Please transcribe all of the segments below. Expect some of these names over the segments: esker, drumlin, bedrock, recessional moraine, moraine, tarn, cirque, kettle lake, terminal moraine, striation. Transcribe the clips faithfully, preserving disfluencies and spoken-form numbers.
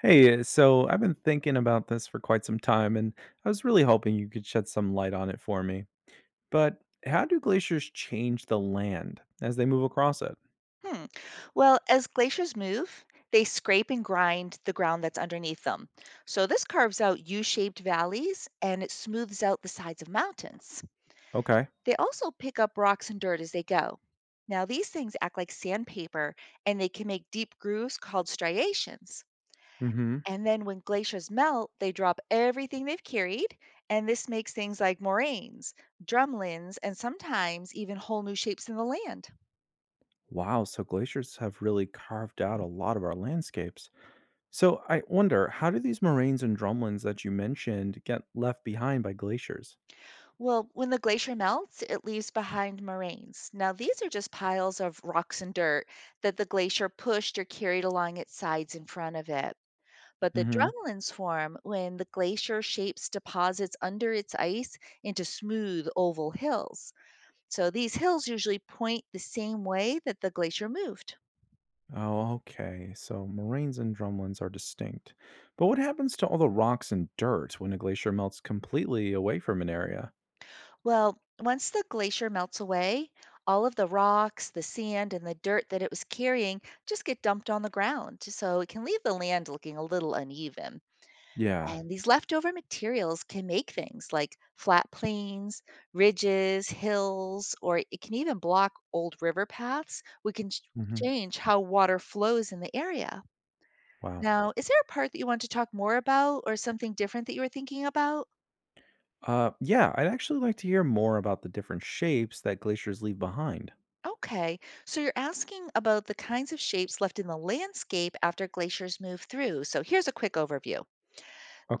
Hey, uh, so I've been thinking about this for quite some time, and I was really hoping you could shed some light on it for me. But how do glaciers change the land as they move across it? Hmm. Well, as glaciers move, they scrape and grind the ground that's underneath them. So this carves out U shaped valleys and it smooths out the sides of mountains. Okay. They also pick up rocks and dirt as they go. Now, these things act like sandpaper and they can make deep grooves called striations. Mm-hmm. And then when glaciers melt, they drop everything they've carried. And this makes things like moraines, drumlins, and sometimes even whole new shapes in the land. Wow, so glaciers have really carved out a lot of our landscapes. So I wonder, how do these moraines and drumlins that you mentioned get left behind by glaciers? Well, when the glacier melts, it leaves behind moraines. Now, these are just piles of rocks and dirt that the glacier pushed or carried along its sides in front of it. But the Mm-hmm. drumlins form when the glacier shapes deposits under its ice into smooth oval hills. So these hills usually point the same way that the glacier moved. Oh, okay. So moraines and drumlins are distinct. But what happens to all the rocks and dirt when a glacier melts completely away from an area? Well, once the glacier melts away, all of the rocks, the sand, and the dirt that it was carrying just get dumped on the ground. So it can leave the land looking a little uneven. Yeah. And these leftover materials can make things like flat plains, ridges, hills, or it can even block old river paths. We can ch- Mhm. change how water flows in the area. Wow. Now, is there a part that you want to talk more about or something different that you were thinking about? Uh, yeah, I'd actually like to hear more about the different shapes that glaciers leave behind. Okay, so you're asking about the kinds of shapes left in the landscape after glaciers move through. So here's a quick overview.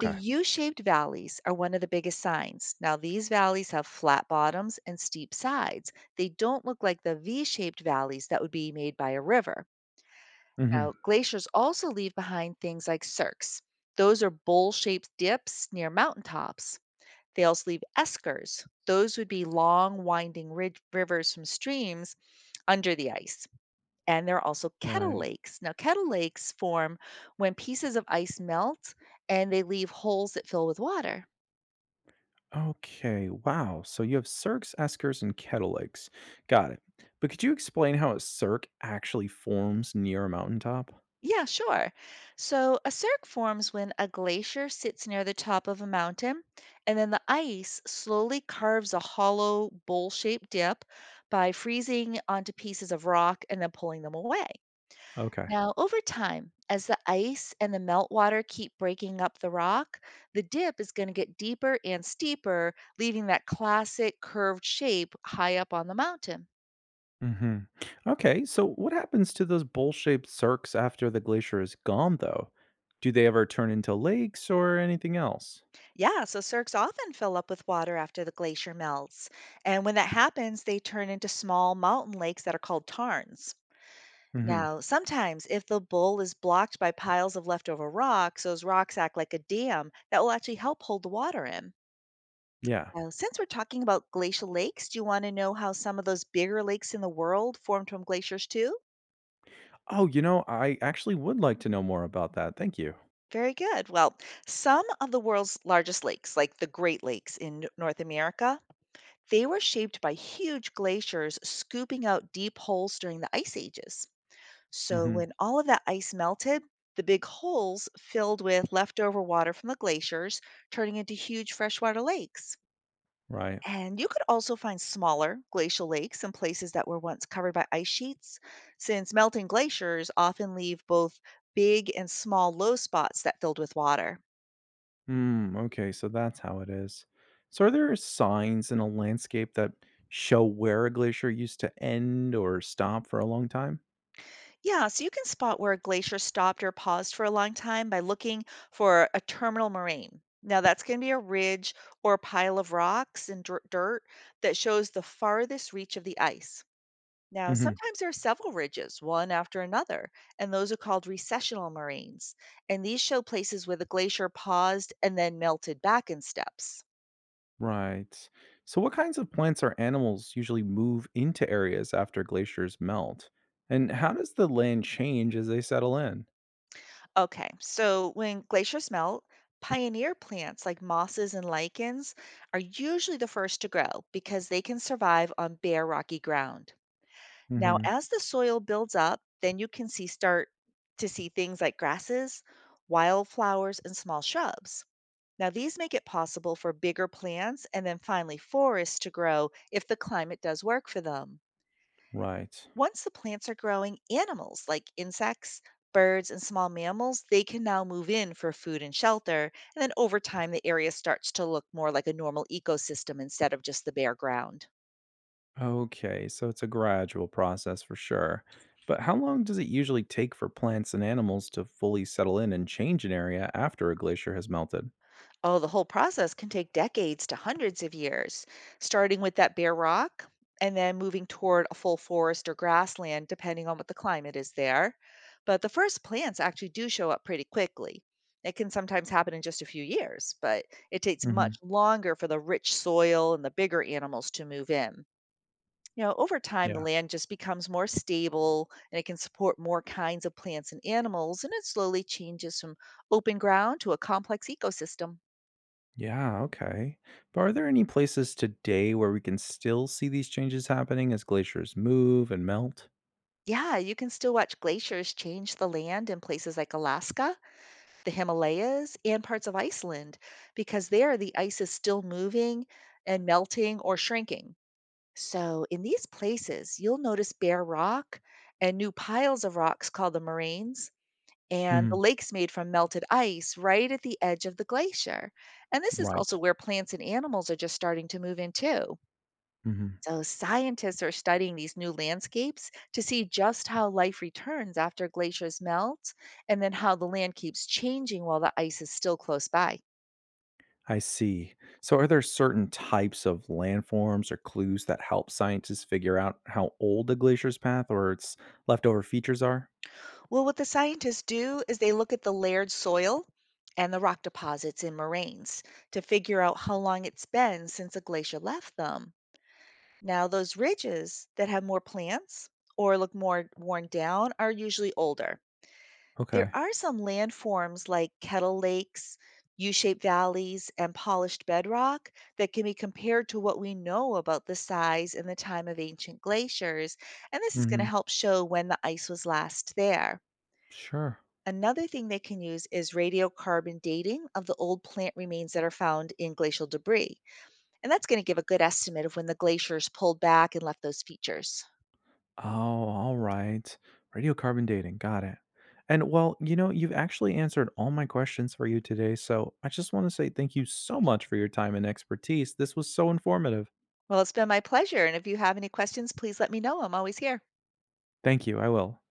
The U shaped valleys are one of the biggest signs. Now, these valleys have flat bottoms and steep sides. They don't look like the V shaped valleys that would be made by a river. Hmm. Now, glaciers also leave behind things like cirques, those are bowl shaped dips near mountaintops. They also leave eskers, those would be long, winding rid- rivers from streams under the ice, and there are also kettle Right. lakes. Now, kettle lakes form when pieces of ice melt and they leave holes that fill with water. Okay. Wow. So you have cirques, eskers, and kettle lakes. Got it. But could you explain how a cirque actually forms near a mountaintop? Yeah, sure. So a cirque forms when a glacier sits near the top of a mountain, and then the ice slowly carves a hollow bowl shaped dip by freezing onto pieces of rock and then pulling them away. Okay. Now, over time, as the ice and the meltwater keep breaking up the rock, the dip is going to get deeper and steeper, leaving that classic curved shape high up on the mountain. Hmm. Okay. So what happens to those bowl-shaped cirques after the glacier is gone, though? Do they ever turn into lakes or anything else? Yeah, so cirques often fill up with water after the glacier melts. And when that happens, they turn into small mountain lakes that are called tarns. Hmm. Now, sometimes if the bowl is blocked by piles of leftover rocks, those rocks act like a dam that will actually help hold the water in. Yeah. Now, since we're talking about glacial lakes, do you want to know how some of those bigger lakes in the world formed from glaciers too? Oh, you know, I actually would like to know more about that. Thank you. Very good. Well, some of the world's largest lakes, like the Great Lakes in N- North America, they were shaped by huge glaciers scooping out deep holes during the ice ages. So Mhm. when all of that ice melted, the big holes filled with leftover water from the glaciers, turning into huge freshwater lakes. Right. And you could also find smaller glacial lakes in places that were once covered by ice sheets, since melting glaciers often leave both big and small low spots that filled with water. Mm, okay, so that's how it is. So are there signs in a landscape that show where a glacier used to end or stop for a long time? Yeah, so you can spot where a glacier stopped or paused for a long time by looking for a terminal moraine. Now, that's going to be a ridge or a pile of rocks and dir- dirt that shows the farthest reach of the ice. Now, Hmm. sometimes there are several ridges, one after another, and those are called recessional moraines. And these show places where the glacier paused and then melted back in steps. Right. So what kinds of plants or animals usually move into areas after glaciers melt? And how does the land change as they settle in? Okay, so when glaciers melt, pioneer plants like mosses and lichens are usually the first to grow because they can survive on bare rocky ground. Now, Hmm. as the soil builds up, then you can see start to see things like grasses, wildflowers, and small shrubs. Now, these make it possible for bigger plants and then finally forests to grow if the climate does work for them. Right. Once the plants are growing, animals like insects, birds, and small mammals, they can now move in for food and shelter. And then over time, the area starts to look more like a normal ecosystem instead of just the bare ground. Okay, so it's a gradual process for sure. But how long does it usually take for plants and animals to fully settle in and change an area after a glacier has melted? Oh, the whole process can take decades to hundreds of years, starting with that bare rock and then moving toward a full forest or grassland, depending on what the climate is there. But the first plants actually do show up pretty quickly. It can sometimes happen in just a few years, but it takes Hmm. much longer for the rich soil and the bigger animals to move in. You know, over time, the Yeah. land just becomes more stable and it can support more kinds of plants and animals, and it slowly changes from open ground to a complex ecosystem. Yeah, okay. But are there any places today where we can still see these changes happening as glaciers move and melt? Yeah, you can still watch glaciers change the land in places like Alaska, the Himalayas, and parts of Iceland, because there the ice is still moving and melting or shrinking. So, in these places, you'll notice bare rock and new piles of rocks called the moraines, and the Hmm. lakes made from melted ice right at the edge of the glacier. And this is also Right. where plants and animals are just starting to move in too. Hmm. So, scientists are studying these new landscapes to see just how life returns after glaciers melt and then how the land keeps changing while the ice is still close by. I see. So are there certain types of landforms or clues that help scientists figure out how old a glacier's path or its leftover features are? Well, what the scientists do is they look at the layered soil and the rock deposits in moraines to figure out how long it's been since a glacier left them. Now, those ridges that have more plants or look more worn down are usually older. There Okay. are some landforms like kettle lakes, U shaped valleys, and polished bedrock that can be compared to what we know about the size and the time of ancient glaciers. And this is going to help show when the ice was last there. Sure. Another thing they can use is radiocarbon dating of the old plant remains that are found in glacial debris. And that's going to give a good estimate of when the glaciers pulled back and left those features. Oh, all right. Radiocarbon dating. Got it. And well, you know, you've actually answered all my questions for you today. So I just want to say thank you so much for your time and expertise. This was so informative. Well, it's been my pleasure. And if you have any questions, please let me know. I'm always here. Thank you. I will.